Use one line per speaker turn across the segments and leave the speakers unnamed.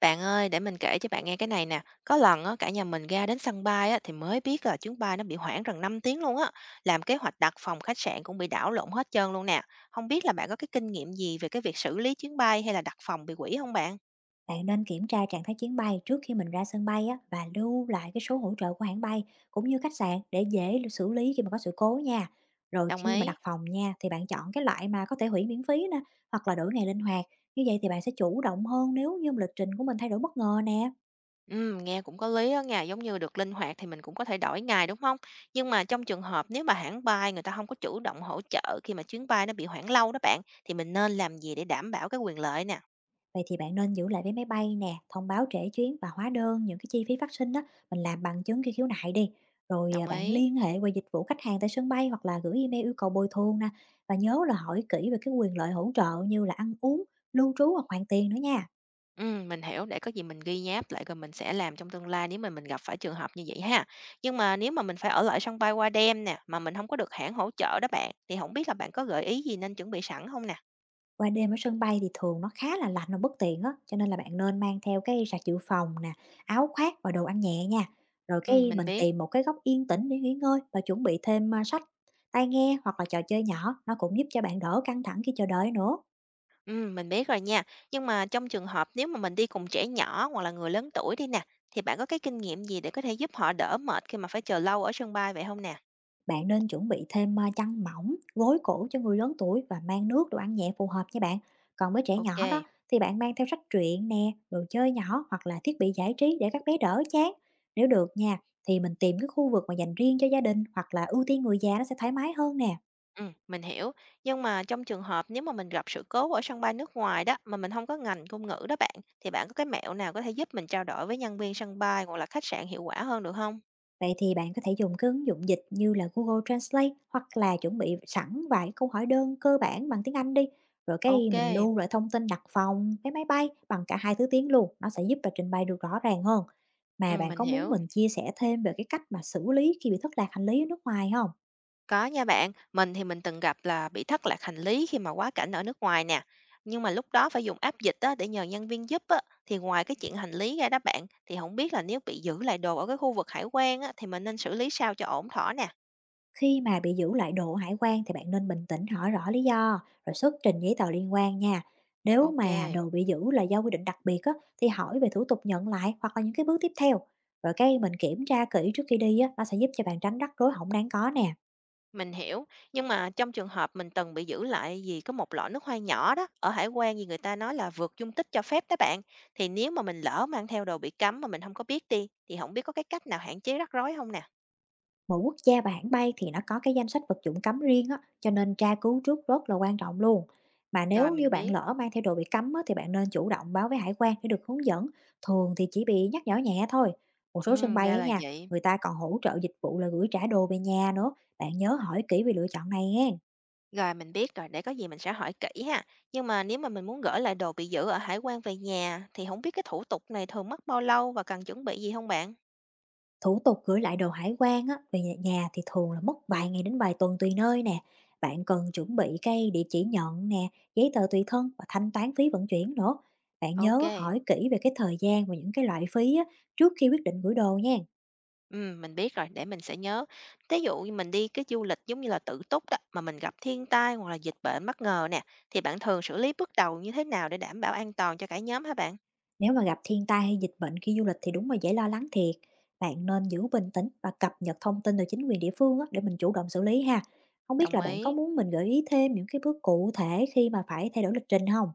Bạn ơi, để mình kể cho bạn nghe cái này nè. Có lần á, cả nhà mình ra đến sân bay á, thì mới biết là chuyến bay nó bị hoãn gần 5 tiếng luôn á. Làm kế hoạch đặt phòng khách sạn cũng bị đảo lộn hết trơn luôn nè. Không biết là bạn có cái kinh nghiệm gì về cái việc xử lý chuyến bay hay là đặt phòng bị hủy không bạn?
Bạn nên kiểm tra trạng thái chuyến bay trước khi mình ra sân bay á, và lưu lại cái số hỗ trợ của hãng bay cũng như khách sạn để dễ xử lý khi mà có sự cố nha. Rồi
Đồng
khi mà
ý.
đặt phòng nha thì bạn chọn cái loại mà có thể hủy miễn phí nè hoặc là đổi ngày linh hoạt. Như vậy thì bạn sẽ chủ động hơn nếu như mà lịch trình của mình thay đổi bất ngờ nè.
Ừ, nghe cũng có lý á nha, giống như được linh hoạt thì mình cũng có thể đổi ngày đúng không? Nhưng mà trong trường hợp nếu mà hãng bay người ta không có chủ động hỗ trợ khi mà chuyến bay nó bị hoãn lâu đó bạn, thì mình nên làm gì để đảm bảo cái quyền lợi nè?
Vậy thì bạn nên giữ lại vé máy bay nè, thông báo trễ chuyến và hóa đơn những cái chi phí phát sinh đó mình làm bằng chứng khi khiếu nại đi. Rồi
Đồng
bạn
ý.
liên hệ qua dịch vụ khách hàng tại sân bay hoặc là gửi email yêu cầu bồi thường nè. Và nhớ là hỏi kỹ về cái quyền lợi hỗ trợ như là ăn uống, lưu trú hoặc hoàn tiền nữa nha.
Mình hiểu, để có gì mình ghi nháp lại rồi mình sẽ làm trong tương lai nếu mà mình gặp phải trường hợp như vậy ha. Nhưng mà nếu mà mình phải ở lại sân bay qua đêm nè, mà mình không có được hãng hỗ trợ đó bạn, thì không biết là bạn có gợi ý gì nên chuẩn bị sẵn không nè?
Qua đêm ở sân bay thì thường nó khá là lạnh và bất tiện á, cho nên là bạn nên mang theo cái sạc dự phòng nè, áo khoác và đồ ăn nhẹ nha. Rồi
Ừm,
cái
mình
mình
biết,
tìm một cái góc yên tĩnh để nghỉ ngơi và chuẩn bị thêm, sách, tai nghe hoặc là trò chơi nhỏ, nó cũng giúp cho bạn đỡ căng thẳng khi chờ đợi nữa.
mình biết rồi nha. Nhưng mà trong trường hợp nếu mà mình đi cùng trẻ nhỏ hoặc là người lớn tuổi đi nè, thì bạn có cái kinh nghiệm gì để có thể giúp họ đỡ mệt khi mà phải chờ lâu ở sân bay vậy không nè?
Bạn nên chuẩn bị thêm chăn mỏng, gối cổ cho người lớn tuổi và mang nước đồ ăn nhẹ phù hợp nha bạn. Còn với trẻ nhỏ đó
OK.
thì bạn mang theo sách truyện nè, đồ chơi nhỏ hoặc là thiết bị giải trí để các bé đỡ chán. Nếu được nha thì mình tìm cái khu vực mà dành riêng cho gia đình hoặc là ưu tiên người già nó sẽ thoải mái hơn nè.
Mình hiểu. Nhưng mà trong trường hợp nếu mà mình gặp sự cố ở sân bay nước ngoài đó, mà mình không có ngành ngôn ngữ đó bạn, thì bạn có cái mẹo nào có thể giúp mình trao đổi với nhân viên sân bay hoặc là khách sạn hiệu quả hơn được không?
Vậy thì bạn có thể dùng cái ứng dụng dịch như là Google Translate hoặc là chuẩn bị sẵn vài câu hỏi đơn cơ bản bằng tiếng Anh đi. Rồi cái
OK.
mình lưu lại thông tin đặt phòng, vé máy bay bằng cả hai thứ tiếng luôn. Nó sẽ giúp là trình bày được rõ ràng hơn. Mà bạn
Mình
có muốn
hiểu.
mình chia sẻ thêm về cái cách mà xử lý khi bị thất lạc hành lý ở nước ngoài không?
Có nha bạn, mình thì mình từng gặp là bị thất lạc hành lý khi mà quá cảnh ở nước ngoài nè. Nhưng mà lúc đó phải dùng app dịch á, để nhờ nhân viên giúp á, thì ngoài cái chuyện hành lý ra đó bạn, thì không biết là nếu bị giữ lại đồ ở cái khu vực hải quan á, thì mình nên xử lý sao cho ổn thỏa nè?
Khi mà bị giữ lại độ hải quan thì bạn nên bình tĩnh hỏi rõ lý do rồi xuất trình giấy tờ liên quan nha. Nếu mà
OK.
đồ bị giữ là do quy định đặc biệt á, thì hỏi về thủ tục nhận lại hoặc là những cái bước tiếp theo. Rồi cái mình kiểm tra kỹ trước khi đi á, nó sẽ giúp cho bạn tránh rắc rối hỏng đáng có nè.
Mình hiểu, nhưng mà trong trường hợp mình từng bị giữ lại vì có một lọ nước hoa nhỏ đó, ở hải quan gì người ta nói là vượt dung tích cho phép đó bạn. Thì nếu mà mình lỡ mang theo đồ bị cấm mà mình không có biết đi, thì không biết có cái cách nào hạn chế rắc rối không nè.
Mỗi quốc gia và hãng bay thì nó có cái danh sách vật dụng cấm riêng á, cho nên tra cứu trước rất là quan trọng luôn. Mà
Rồi
nếu như
mình
bạn
biết.
lỡ mang theo đồ bị cấm á, thì bạn nên chủ động báo với hải quan để được hướng dẫn. Thường thì chỉ bị nhắc nhở nhẹ thôi. Một số sân
Ừ,
bay
ra
á
là
nha,
vậy.
người ta còn hỗ trợ dịch vụ là gửi trả đồ về nhà nữa. Bạn nhớ hỏi kỹ về lựa chọn này nghe.
Rồi mình biết rồi, để có gì mình sẽ hỏi kỹ ha. Nhưng mà nếu mà mình muốn gửi lại đồ bị giữ ở hải quan về nhà, thì không biết cái thủ tục này thường mất bao lâu và cần chuẩn bị gì không bạn?
Thủ tục gửi lại đồ hải quan á, về nhà nhà thì thường là mất vài ngày đến vài tuần tùy nơi nè. Bạn cần chuẩn bị cái địa chỉ nhận nè, giấy tờ tùy thân và thanh toán phí vận chuyển nữa. Bạn
OK.
nhớ hỏi kỹ về cái thời gian và những cái loại phí á, trước khi quyết định gửi đồ nha.
Mình biết rồi, để mình sẽ nhớ. Thí dụ như mình đi cái du lịch giống như là tự túc đó, mà mình gặp thiên tai hoặc là dịch bệnh bất ngờ nè, thì bạn thường xử lý bước đầu như thế nào để đảm bảo an toàn cho cả nhóm hả bạn?
Nếu mà gặp thiên tai hay dịch bệnh khi du lịch thì đúng là dễ lo lắng thiệt. Bạn nên giữ bình tĩnh và cập nhật thông tin từ chính quyền địa phương á, để mình chủ động xử lý ha. Không biết
Đồng
là bạn có
ý.
muốn mình gợi ý thêm những cái bước cụ thể khi mà phải thay đổi lịch trình không?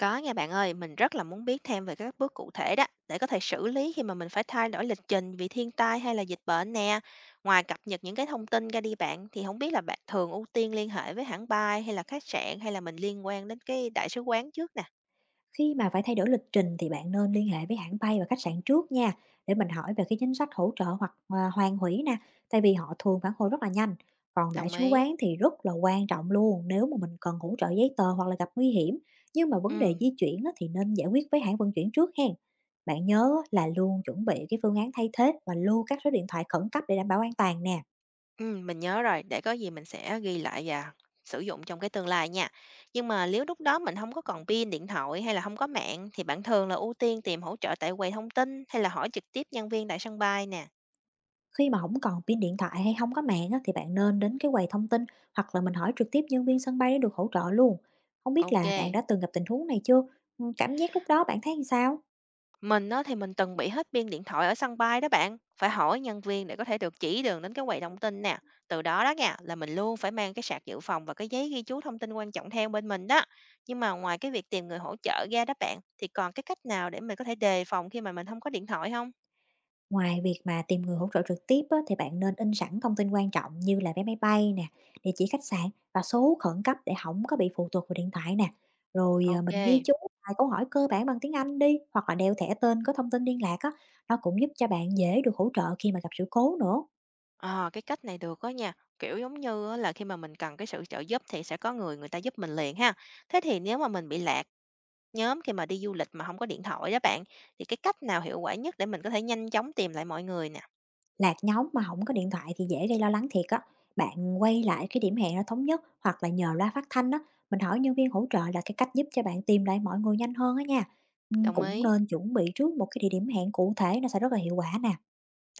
Có nha bạn ơi, mình rất là muốn biết thêm về các bước cụ thể đó, để có thể xử lý khi mà mình phải thay đổi lịch trình vì thiên tai hay là dịch bệnh nè. Ngoài cập nhật những cái thông tin ra đi bạn, thì không biết là bạn thường ưu tiên liên hệ với hãng bay hay là khách sạn hay là mình liên quan đến cái đại sứ quán trước nè.
Khi mà phải thay đổi lịch trình thì bạn nên liên hệ với hãng bay và khách sạn trước nha để mình hỏi về cái chính sách hỗ trợ hoặc hoàn hủy nè, tại vì họ thường phản hồi rất là nhanh. Còn đại
Đồng
sứ
ý.
quán thì rất là quan trọng luôn nếu mà mình cần hỗ trợ giấy tờ hoặc là gặp nguy hiểm. Nhưng mà
Ừ.
vấn đề di chuyển á, thì nên giải quyết với hãng vận chuyển trước hen. Bạn nhớ là luôn chuẩn bị cái phương án thay thế và lưu các số điện thoại khẩn cấp để đảm bảo an toàn nè.
Mình nhớ rồi, để có gì mình sẽ ghi lại và sử dụng trong cái tương lai nha. Nhưng mà nếu lúc đó mình không có còn pin điện thoại hay là không có mạng thì bạn thường là ưu tiên tìm hỗ trợ tại quầy thông tin hay là hỏi trực tiếp nhân viên tại sân bay nè?
Khi mà không còn pin điện thoại hay không có mạng á, thì bạn nên đến cái quầy thông tin hoặc là mình hỏi trực tiếp nhân viên sân bay để được hỗ trợ luôn. Không biết
OK.
là bạn đã từng gặp tình huống này chưa? Cảm giác lúc đó bạn thấy làm sao?
Mình á, thì mình từng bị hết pin điện thoại ở sân bay đó bạn, phải hỏi nhân viên để có thể được chỉ đường đến cái quầy thông tin nè. Từ đó đó nha, là mình luôn phải mang cái sạc dự phòng và cái giấy ghi chú thông tin quan trọng theo bên mình đó. Nhưng mà ngoài cái việc tìm người hỗ trợ ra đó bạn, thì còn cái cách nào để mình có thể đề phòng khi mà mình không có điện thoại không
Ngoài việc mà tìm người hỗ trợ trực tiếp á, thì bạn nên in sẵn thông tin quan trọng như là vé máy bay nè, địa chỉ khách sạn và số khẩn cấp để không có bị phụ thuộc vào điện thoại nè. Rồi, mình ghi
OK.
chú vài câu hỏi cơ bản bằng tiếng Anh đi, hoặc là đeo thẻ tên có thông tin liên lạc á, nó cũng giúp cho bạn dễ được hỗ trợ khi mà gặp sự cố nữa.
Ờ, cái cách này được á nha. Kiểu, giống như á là khi mà mình cần cái sự trợ giúp thì sẽ có người người ta giúp mình liền ha. Thế thì nếu mà mình bị lạc nhóm khi mà đi du lịch mà không có điện thoại đó bạn, thì cái cách nào hiệu quả nhất để mình có thể nhanh chóng tìm lại mọi người nè?
Lạc nhóm mà không có điện thoại thì dễ gây lo lắng thiệt á. Bạn quay lại cái điểm hẹn nó thống nhất hoặc là nhờ loa phát thanh á, mình hỏi nhân viên hỗ trợ là cái cách giúp cho bạn tìm lại mọi người nhanh hơn á nha.
Đồng
Cũng
ý.
nên chuẩn bị trước một cái địa điểm hẹn cụ thể nó sẽ rất là hiệu quả nè.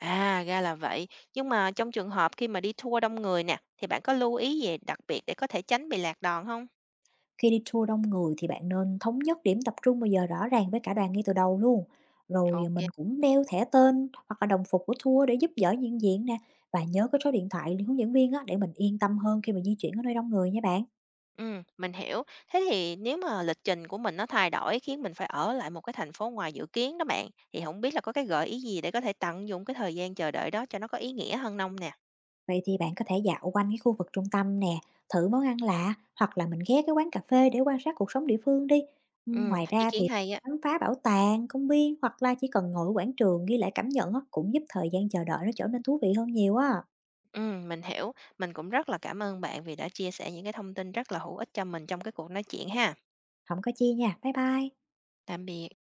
À, ra là vậy. Nhưng mà trong trường hợp khi mà đi tour đông người nè, thì bạn có lưu ý gì đặc biệt để có thể tránh bị lạc đòn không?
Khi đi tour đông người thì bạn nên thống nhất điểm tập trung bao giờ rõ ràng với cả đoàn ngay từ đầu luôn. Rồi,
OK.
mình cũng đeo thẻ tên hoặc là đồng phục của tour để giúp đỡ nhận diện nè, và nhớ cái số điện thoại hướng dẫn viên á, để mình yên tâm hơn khi mà di chuyển ở nơi đông người nha bạn.
Mình hiểu. Thế thì nếu mà lịch trình của mình nó thay đổi khiến mình phải ở lại một cái thành phố ngoài dự kiến đó bạn, thì không biết là có cái gợi ý gì để có thể tận dụng cái thời gian chờ đợi đó cho nó có ý nghĩa hơn hông nè?
Vậy thì bạn có thể dạo quanh cái khu vực trung tâm nè, thử món ăn lạ hoặc là mình ghé cái quán cà phê để quan sát cuộc sống địa phương đi. Ừ, ngoài
Ý
ra
kiến
thì
hay á.
khám phá bảo tàng, công viên hoặc là chỉ cần ngồi ở quảng trường ghi lại cảm nhận á, cũng giúp thời gian chờ đợi nó trở nên thú vị hơn nhiều á.
Mình hiểu. Mình cũng rất là cảm ơn bạn vì đã chia sẻ những cái thông tin rất là hữu ích cho mình trong cái cuộc nói chuyện ha.
Không có chi nha. Bye bye.
Tạm biệt.